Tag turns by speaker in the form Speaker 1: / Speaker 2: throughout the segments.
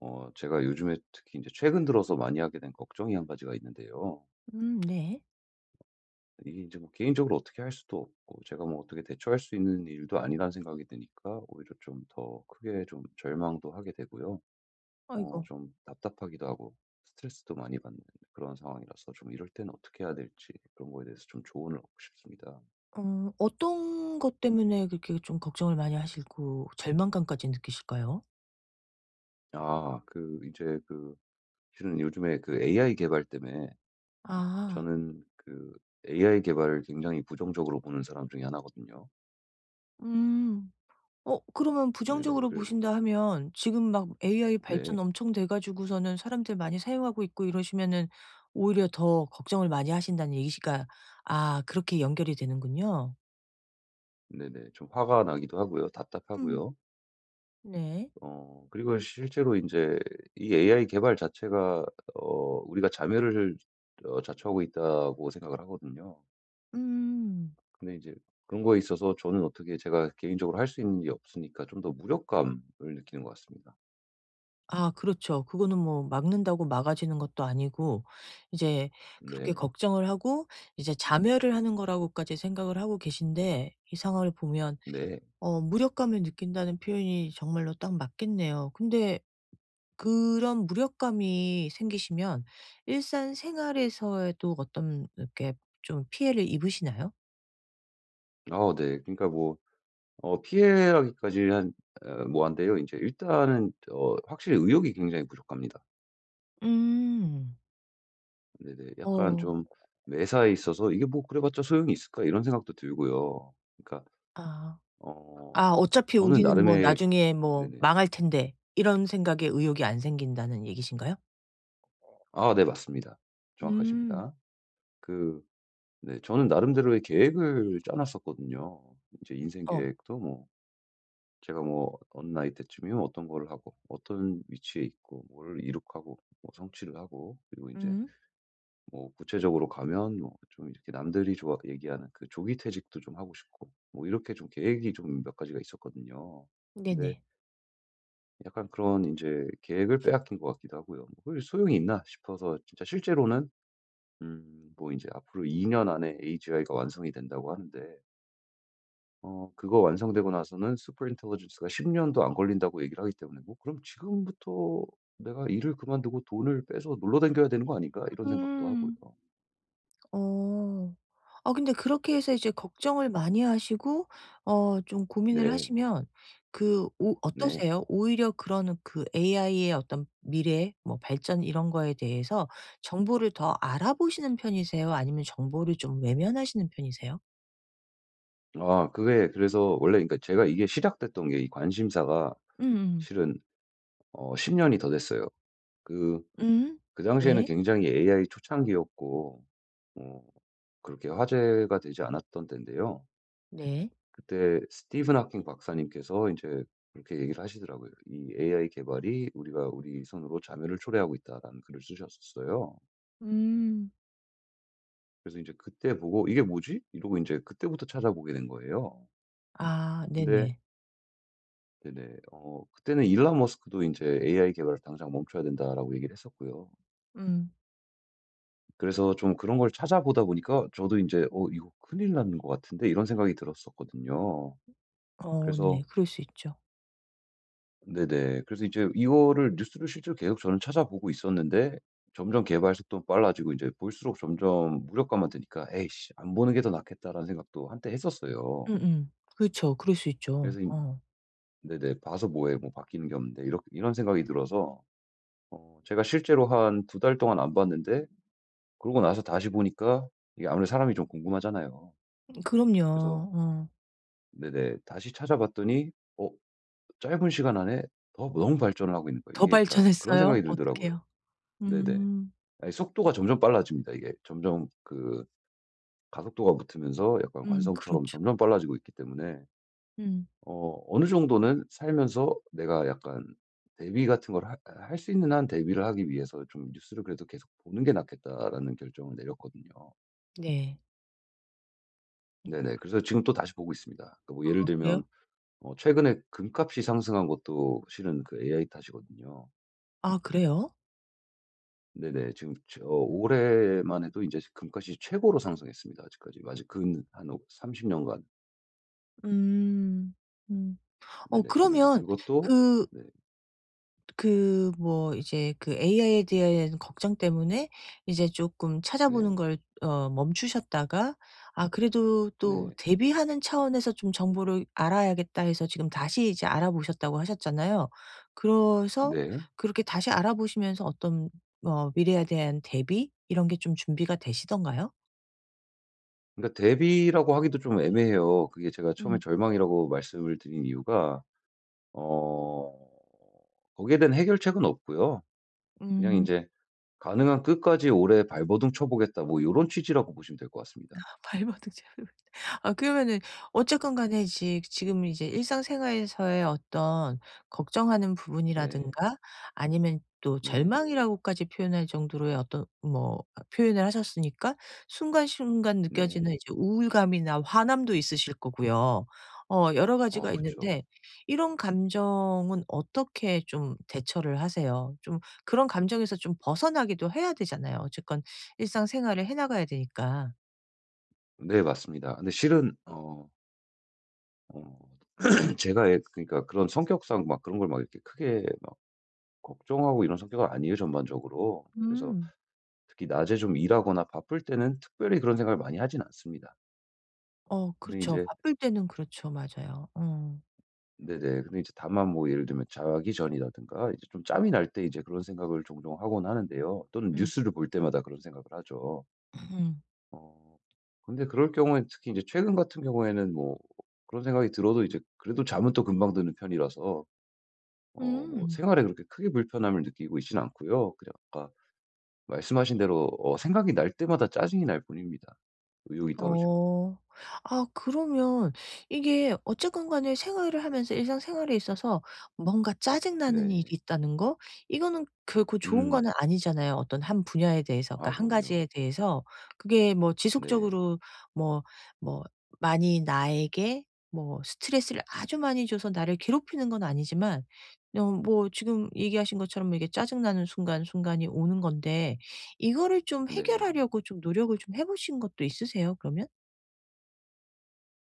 Speaker 1: 제가 요즘에 특히 이제 최근 들어서 많이 하게 된 걱정이 한 가지가 있는데요.
Speaker 2: 네.
Speaker 1: 이게 이제 뭐 개인적으로 어떻게 할 수도 없고 제가 뭐 어떻게 대처할 수 있는 일도 아니라는 생각이 드니까 오히려 좀 더 크게 좀 절망도 하게 되고요.
Speaker 2: 아이고.
Speaker 1: 좀 답답하기도 하고 스트레스도 많이 받는 그런 상황이라서 좀 이럴 때는 어떻게 해야 될지 그런 거에 대해서 좀 조언을 얻고 싶습니다.
Speaker 2: 어떤 것 때문에 그렇게 좀 걱정을 많이 하시고 절망감까지 느끼실까요?
Speaker 1: 아 그 이제 그 실은 요즘에 그 AI 개발 때문에
Speaker 2: 아.
Speaker 1: 저는 그 AI 개발을 굉장히 부정적으로 보는 사람 중에 하나 거든요.
Speaker 2: 음. 그러면
Speaker 1: 네네.
Speaker 2: 부정적으로
Speaker 1: 그래.
Speaker 2: 보신다 하면 지금 막 AI 발전
Speaker 1: 네.
Speaker 2: 엄청 돼 가지고서는 사람들 많이 사용하고 있고 이러시면은 오히려 더 걱정을 많이 하신다는 얘기가, 아 그렇게 연결이 되는군요.
Speaker 1: 네네. 좀 화가 나기도 하고요.
Speaker 2: 음.
Speaker 1: 답답하고요.
Speaker 2: 네.
Speaker 1: 그리고 실제로 이제이 AI 개발 자체가 어 우리가 자멸을 자초하고 있다고 생각을 하거든요.
Speaker 2: 음.
Speaker 1: 근데 이제 그런 거에 있어서 저는 어떻게 제가 개인적으로 할 수 있는 게 없으니까 좀 더 무력감을 느끼는 것 같습니다.
Speaker 2: 아 그렇죠. 그거는 뭐 막는다고 막아지는 것도 아니고 이제 그렇게
Speaker 1: 네.
Speaker 2: 걱정을 하고 이제 자멸을 하는 거라고까지 생각을 하고 계신데 이 상황을 보면
Speaker 1: 네.
Speaker 2: 무력감을 느낀다는 표현이 정말로 딱 맞겠네요. 근데 그런 무력감이 생기시면 일상 생활에서에도 어떤 이렇게 좀 피해를 입으시나요?
Speaker 1: 아 네. 그러니까 뭐 피해라기까지 한 뭐 한데요. 이제 일단은 확실히 의욕이 굉장히 부족합니다.
Speaker 2: 음.
Speaker 1: 네네. 약간
Speaker 2: 어.
Speaker 1: 좀 매사에 있어서 '이게 뭐 그래 봤자 소용이 있을까?' 이런 생각도 들고요. 그러니까
Speaker 2: 아.
Speaker 1: 어
Speaker 2: '아 어차피
Speaker 1: 저는
Speaker 2: 우리는 뭐
Speaker 1: 나름의.
Speaker 2: 나중에 뭐
Speaker 1: 네네.
Speaker 2: 망할 텐데.' 이런 생각에 의욕이 안 생긴다는 얘기신가요?
Speaker 1: 아 네, 맞습니다.
Speaker 2: 음.
Speaker 1: 정확하십니다. 그 네, 저는 나름대로의 계획을 짜 놨었거든요. 인제 인생
Speaker 2: 어.
Speaker 1: 계획도 뭐 제가 뭐 어느 나이 때쯤이면 어떤 거를 하고 어떤 위치에 있고 뭘 이룩하고 뭐 성취를 하고 그리고 이제
Speaker 2: 음.
Speaker 1: 뭐 구체적으로 가면 뭐 좀 이렇게 남들이 좋아 얘기하는 그 조기 퇴직도 좀 하고 싶고 뭐 이렇게 좀 계획이 좀 몇 가지가 있었거든요. 근데
Speaker 2: 네네.
Speaker 1: 약간 그런 이제 계획을 빼앗긴 것 같기도 하고요. 뭐 그게 소용이 있나 싶어서 진짜 실제로는 뭐 이제 앞으로 2년 안에 AGI가 완성이 된다고 하는데 그거 완성되고 나서는 슈퍼 인텔리전스가10 년도 안 걸린다고 얘기를 하기 때문에 '뭐 그럼 지금부터 내가 일을 그만두고 돈을 빼서 놀러 다녀야 되는 거 아닌가?' 이런 생각도 하고요.
Speaker 2: 음. 어. 아 근데 그렇게 해서 이제 걱정을 많이 하시고 좀 고민을
Speaker 1: 네.
Speaker 2: 하시면 그 오
Speaker 1: 네.
Speaker 2: 어떠세요? 오히려 그런 그 AI의 어떤 미래 뭐 발전 이런 거에 대해서 정보를 더 알아보시는 편이세요? 아니면 정보를 좀 외면하시는 편이세요?
Speaker 1: 그게 그래서 원래 그러니까 제가 이게 시작됐던 게 이 관심사가
Speaker 2: 음음.
Speaker 1: 실은 10 년이 더 됐어요. 그
Speaker 2: 음.
Speaker 1: 그 당시에는
Speaker 2: 네.
Speaker 1: 굉장히 AI 초창기였고 어 그렇게 화제가 되지 않았던 때인데요.
Speaker 2: 네.
Speaker 1: 그때 스티븐 하킹 박사님께서 이제 그렇게 얘기를 하시더라고요. "이 AI 개발이 우리가 우리 손으로 자멸을 초래하고 있다."라는 글을 쓰셨었어요.
Speaker 2: 음.
Speaker 1: 그래서 이제 그때 보고 '이게 뭐지?' 이러고 이제 그때부터 찾아보게 된 거예요.
Speaker 2: 아
Speaker 1: 근데
Speaker 2: 네네.
Speaker 1: 네네. 그때는 일론 머스크도 이제 "AI 개발을 당장 멈춰야 된다."라고 얘기를 했었고요.
Speaker 2: 음.
Speaker 1: 그래서 좀 그런 걸 찾아보다 보니까 저도 이제 '어 이거 큰일 나는 것 같은데?' 이런 생각이 들었었거든요.
Speaker 2: 어
Speaker 1: 그래서
Speaker 2: 네. 그럴 수 있죠.
Speaker 1: 네네. 그래서 이제 이거를 뉴스를 실제로 계속 저는 찾아보고 있었는데 점점 개발 속도는 빨라지고 이제 볼수록 점점 무력감만 드니까 '에이씨 안 보는 게 더 낫겠다.'라는 생각도 한때 했었어요.
Speaker 2: 음음. 그렇죠. 그럴 수 있죠.
Speaker 1: 그래서
Speaker 2: 어.
Speaker 1: 네네. '봐서 뭐 해. 뭐 바뀌는 게 없는데.' 이렇 이런 생각이 들어서 제가 실제로 한 두 달 동안 안 봤는데 그러고 나서 다시 보니까 이게 아무래도 사람이 좀 궁금하잖아요.
Speaker 2: 그럼요.
Speaker 1: 그래서
Speaker 2: 어.
Speaker 1: 네네, 다시 찾아봤더니 어 짧은 시간 안에 더 너무 발전을 하고 있는 거예요.
Speaker 2: 더
Speaker 1: 이게 그러니까 그런
Speaker 2: 발전했어요?
Speaker 1: 생각이 들더라고요.
Speaker 2: 어떡해요?
Speaker 1: 네네.
Speaker 2: 음.
Speaker 1: 아니, 속도가 점점 빨라집니다. 이게 점점 가속도가 붙으면서 약간 관성처럼
Speaker 2: 그렇죠.
Speaker 1: 점점 빨라지고 있기 때문에
Speaker 2: 음.
Speaker 1: 어느 정도는 살면서 내가 약간 대비 같은 걸 할 수 있는 한 대비를 하기 위해서 좀 '뉴스를 그래도 계속 보는 게 낫겠다.'라는 결정을 내렸거든요.
Speaker 2: 네.
Speaker 1: 네네. 그래서 지금 또 다시 보고 있습니다. 그러니까 뭐
Speaker 2: 아
Speaker 1: 예를 들면
Speaker 2: 그래요?
Speaker 1: 최근에 금값이 상승한 것도 실은 그 AI 탓이거든요.
Speaker 2: 아 그래요?
Speaker 1: 네네. 지금 올해만 해도 이제 금값이 최고로 상승했습니다, 아직까지. 아직 근한30 년간.
Speaker 2: 음. 음. 어
Speaker 1: 네네. 근데 이제
Speaker 2: 그러면
Speaker 1: 그것도.
Speaker 2: 그
Speaker 1: 네.
Speaker 2: 그 뭐 이제 그 AI에 대한 걱정 때문에 이제 쪼끔 찾아보는
Speaker 1: 네.
Speaker 2: 걸 어 멈추셨다가 '아 그래도 또
Speaker 1: 네.
Speaker 2: 대비하는 차원에서 좀 정보를 알아야겠다.' 해서 지금 다시 이제 알아보셨다고 하셨잖아요. 그래서
Speaker 1: 네.
Speaker 2: 그렇게 다시 알아보시면서 어떤 미래에 대한 대비 이런 게 좀 준비가 되시던가요?
Speaker 1: 그러니까 대비라고 하기도 좀 애매해요. 그게 제가 처음에
Speaker 2: 음.
Speaker 1: 절망이라고 말씀을 드린 이유가 어 거기에 대한 해결책은 없고요. 그냥 이
Speaker 2: 음.
Speaker 1: 제 가능한 끝까지 오래 발버둥 쳐 보겠다, 뭐 요런 취지라고 보시면 될 것 같습니다.
Speaker 2: 발버둥 잡으, 아 그러면은 어쨌건 간에 지 지금 이제 일상생활에서의 어떤 걱정하는
Speaker 1: 네.
Speaker 2: 부분이라든가, 아니면 또
Speaker 1: 네.
Speaker 2: 절망이라고까지 표현할 정도로의 어떤 뭐 아 표현을 하셨으니까 순간순간
Speaker 1: 네.
Speaker 2: 느껴지는 이제 우울감이나 화남도 있으실 거고요. 여러
Speaker 1: 어
Speaker 2: 가지가
Speaker 1: 그쵸.
Speaker 2: 있는데 이런 감정은 어떻게 좀 대처를 하세요? 좀 그런 감정에서 좀 벗어나기도 해야 되잖아요. 어쨌건 일상생활을 해 나가야 되니까.
Speaker 1: 네, 맞습니다. 근데 실은 어 제가 예 그러니까 그런 성격상 막 그런 걸 막 이렇게 크게 막 걱정하고 이런 성격은 아니에요, 전반적으로. 그래서
Speaker 2: 음.
Speaker 1: 특히 낮에 좀 일하거나 바쁠 때는 특별히 그런 생각을 많이 하진 않습니다.
Speaker 2: 어 네.
Speaker 1: 근데
Speaker 2: 그렇죠.
Speaker 1: 이제
Speaker 2: 바쁠 때는 그렇죠. 맞아요. 어.
Speaker 1: 네네. 근데 이제 다만 뭐 예를 들면 자기 전이라든가 이제 좀 짬이 날 때 이제 그런 생각을 종종 하곤 하는데요. 또는
Speaker 2: 음.
Speaker 1: 뉴스를 볼 때마다 그런 생각을 하죠.
Speaker 2: 음.
Speaker 1: 어. 근데 그럴 경우엔 특히 이제 최근 같은 경우에는 뭐 그런 생각이 들어도 이제 그래도 잠은 또 금방 드는 편이라서 뭐
Speaker 2: 음.
Speaker 1: 생활에 그렇게 크게 불편함을 느끼고 있진 않고요. 그냥 아까 말씀하신 대로 생각이 날 때마다 짜증이 날 뿐입니다. 의욕이 떨어지고요.
Speaker 2: 어. 아 그러면 이게 어쨌건 간에 생활을 하면서 일상생활에 있어서 뭔가 짜증나는 일이
Speaker 1: 네.
Speaker 2: 있다는 거, 이거는 결코 좋은
Speaker 1: 음.
Speaker 2: 거는 아니잖아요. 어떤 한 분야에 대해서 그러니까
Speaker 1: 아
Speaker 2: 한
Speaker 1: 그럼요.
Speaker 2: 가지에 대해서 그게 뭐
Speaker 1: 네.
Speaker 2: 지속적으로 뭐 뭐 많이 나에게 뭐 스트레스를 아주 많이 줘서 나를 괴롭히는 건 아니지만 뭐 지금 얘기하신 것처럼 이게 짜증나는 순간순간이 오는 건데 이거를 좀
Speaker 1: 네.
Speaker 2: 해결하려고 좀 노력을 좀 해 보신 것도 있으세요 그러면?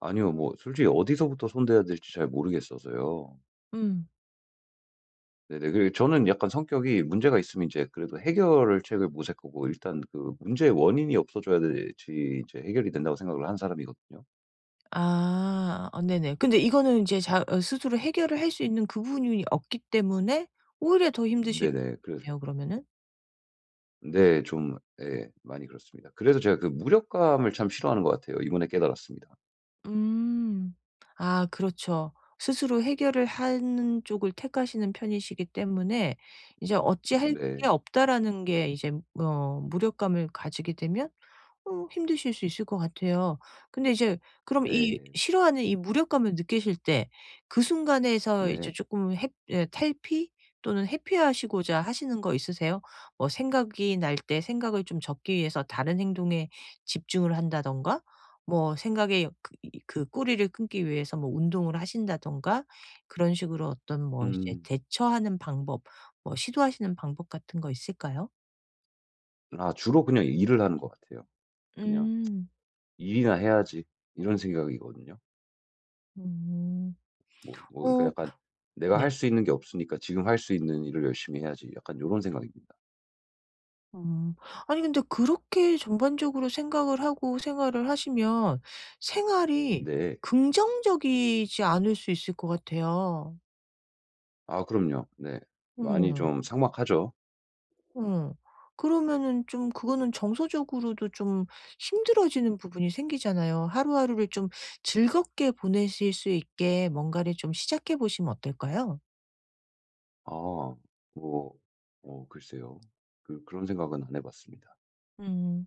Speaker 1: 아니요. 뭐 솔직히 어디서부터 손대야 될지 잘 모르겠어서요.
Speaker 2: 음.
Speaker 1: 네네. 그리고 저는 약간 성격이 문제가 있으면 이제 그래도 해결을 책을 모색하고 일단 그 문제의 원인이 없어져야지 이제 해결이 된다고 생각을 하는 사람이거든요.
Speaker 2: 아. 어 네네. 근데 이거는 인제 자 스스로 해결을 할 수 있는 그 부분이 없기 때문에 오히려 더 힘드실
Speaker 1: 네네. 그래서
Speaker 2: 겠네요 그러면은.
Speaker 1: 네 좀 예 많이 그렇습니다. 그래서 제가 그 무력감을 참 싫어하는 것 같아요. 이번에 깨달았습니다.
Speaker 2: 음. 아 그렇죠. 스스로 해결을 하는 쪽을 택하시는 편이시기 때문에 이제 '어찌할 게
Speaker 1: 네.
Speaker 2: 없다.'라는 게 이제 무력감을 가지게 되면 힘드실 수 있을 것 같아요. 근데 이제 그럼 이
Speaker 1: 네.
Speaker 2: 싫어하는 이 무력감을 느끼실 때 그 순간에서 이제
Speaker 1: 네.
Speaker 2: 쪼끔 해 예 탈피 또는 회피하시고자 하시는 거 있으세요? 뭐 생각이 날 때 생각을 좀 적기 위해서 다른 행동에 집중을 한다든가, 뭐 생각의 그 이 그 꼬리를 끊기 위해서 뭐 운동을 하신다든가, 그런 식으로 어떤 뭐 이제
Speaker 1: 음.
Speaker 2: 대처하는 방법, 뭐 시도하시는 방법 같은 거 있을까요?
Speaker 1: 아 주로 그냥 일을 하는 것 같아요. 그냥
Speaker 2: 음.
Speaker 1: '일이나 해야지.' 이런 생각이거든요.
Speaker 2: 음.
Speaker 1: 뭐 그러니까
Speaker 2: 어
Speaker 1: 약간 '내가 할
Speaker 2: 네.
Speaker 1: 수 있는 게 없으니까 지금 할 수 있는 일을 열심히 해야지.' 약간 이런 생각입니다.
Speaker 2: 음. 아니 근데 그렇게 전반적으로 생각을 하고 생활을 하시면 생활이
Speaker 1: 네.
Speaker 2: 긍정적이지 않을 수 있을 것 같아요.
Speaker 1: 아 그럼요. 네. 많이
Speaker 2: 음.
Speaker 1: 좀 삭막하죠.
Speaker 2: 음. 그러면은 좀 그거는 정서적으로도 좀 힘들어지는 부분이 생기잖아요. 하루하루를 좀 즐겁게 보내실 수 있게 뭔가를 좀 시작해 보시면 어떨까요?
Speaker 1: 아 뭐 글쎄요. 그런 생각은 안 해 봤습니다.
Speaker 2: 음.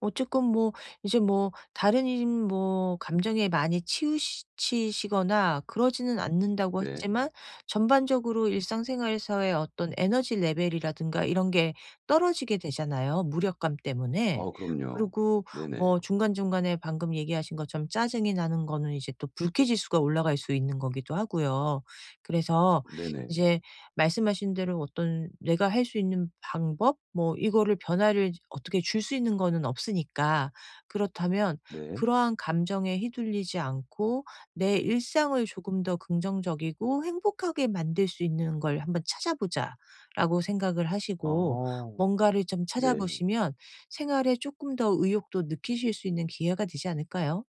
Speaker 2: 어쨌건 뭐 이제 뭐 다른 인 뭐 감정에 많이 치우 치시거나 그러지는 않는다고
Speaker 1: 네.
Speaker 2: 했지만 전반적으로 일상생활에서의 어떤 에너지 레벨이라든가 이런 게 떨어지게 되잖아요, 무력감 때문에.
Speaker 1: 아 그럼요.
Speaker 2: 그리고
Speaker 1: 네네.
Speaker 2: 뭐 중간중간에 방금 얘기하신 것처럼 짜증이 나는 거는 이제 또 불쾌지수가 올라갈 수 있는 거기도 하고요. 그래서
Speaker 1: 네네.
Speaker 2: 이제 말씀하신 대로 어떤 내가 할 수 있는 방법 뭐 이거를 변화를 어떻게 줄 수 있는 거는 없으니까 그렇다면
Speaker 1: 네.
Speaker 2: 그러한 감정에 휘둘리지 않고 내 일상을 조금 더 긍정적이고 행복하게 만들 수 있는 걸 한번 찾아보자라고 생각을 하시고
Speaker 1: 아
Speaker 2: 뭔가를 좀
Speaker 1: 네.
Speaker 2: 찾아보시면 생활에 조금 더 의욕도 느끼실 수 있는 기회가 되지 않을까요?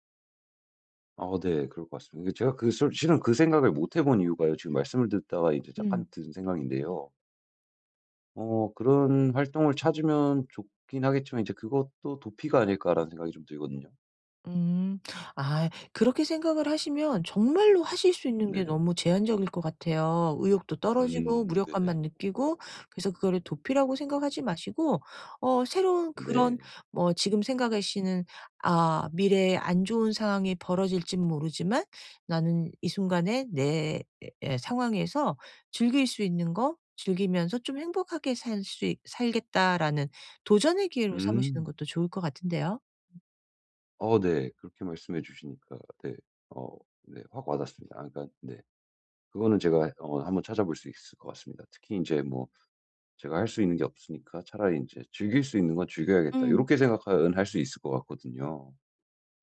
Speaker 1: 아 네. 그럴 것 같습니다. 제가 실은 그 생각을 못 해본 이유가요. 지금 말씀을 듣다가 이제 잠깐
Speaker 2: 음.
Speaker 1: 든 생각인데요. 그런 활동을 찾으면 좋긴 하겠지만 이제 그것도 '도피가 아닐까.'라는 생각이 좀 들거든요.
Speaker 2: 음. 아 그렇게 생각을 하시면 정말로 하실 수 있는 게
Speaker 1: 네네.
Speaker 2: 너무 제한적일 것 같아요. 의욕도 떨어지고
Speaker 1: 네네.
Speaker 2: 무력감만 느끼고, 그래서 그거를 도피라고 생각하지 마시고 새로운 그런
Speaker 1: 네.
Speaker 2: 뭐 지금 생각하시는 '아 미래에 안 좋은 상황이 벌어질진 모르지만 나는 이 순간에 내 에, 상황에서 즐길 수 있는 거 즐기면서 좀 행복하게 살 수 있 살겠다라는 도전의 기회로 삼으시는
Speaker 1: 음.
Speaker 2: 것도 좋을 것 같은데요.'
Speaker 1: 어 네. 그렇게 말씀해 주시니까 네. 어 네 확 와 닿습니다. 아 그러니까 네. 그거는 제가 한번 찾아볼 수 있을 것 같습니다. 특히 이제 뭐 제가 할 수 있는 게 없으니까 차라리 이제 '즐길 수 있는 건 즐겨야겠다.' 이렇
Speaker 2: 음.
Speaker 1: 게 생각하할수 있을 것 같거든요.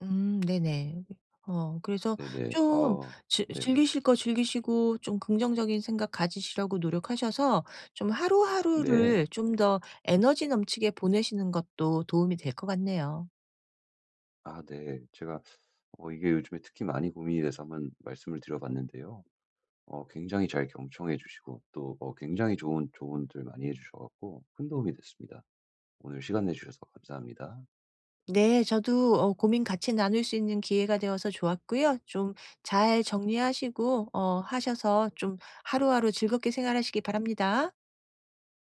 Speaker 2: 네네. 그래서
Speaker 1: 네네.
Speaker 2: 좀
Speaker 1: 아
Speaker 2: 즐
Speaker 1: 네.
Speaker 2: 즐기실 거 즐기시고 좀 긍정적인 생각 가지시려고 노력하셔서 좀
Speaker 1: 네.
Speaker 2: 하루하루를 좀 더 에너지 넘치게 보내시는 것도 도움이 될 것 같네요.
Speaker 1: 아 네. 제가 이게 요즘에 특히 많이 고민이 돼서 한번 말씀을 드려 봤는데요. 굉장히 잘 경청해 주시고 또 굉장히 좋은 조언들 많이 해 주셔 갖고 큰 도움이 됐습니다. 오늘 시간 내 주셔서 감사합니다.
Speaker 2: 네. 저도 고민 같이 나눌 수 있는 기회가 되어서 좋았고요. 좀 잘 정리하시고 어 하셔서 좀 하루하루 즐겁게 생활하시기 바랍니다.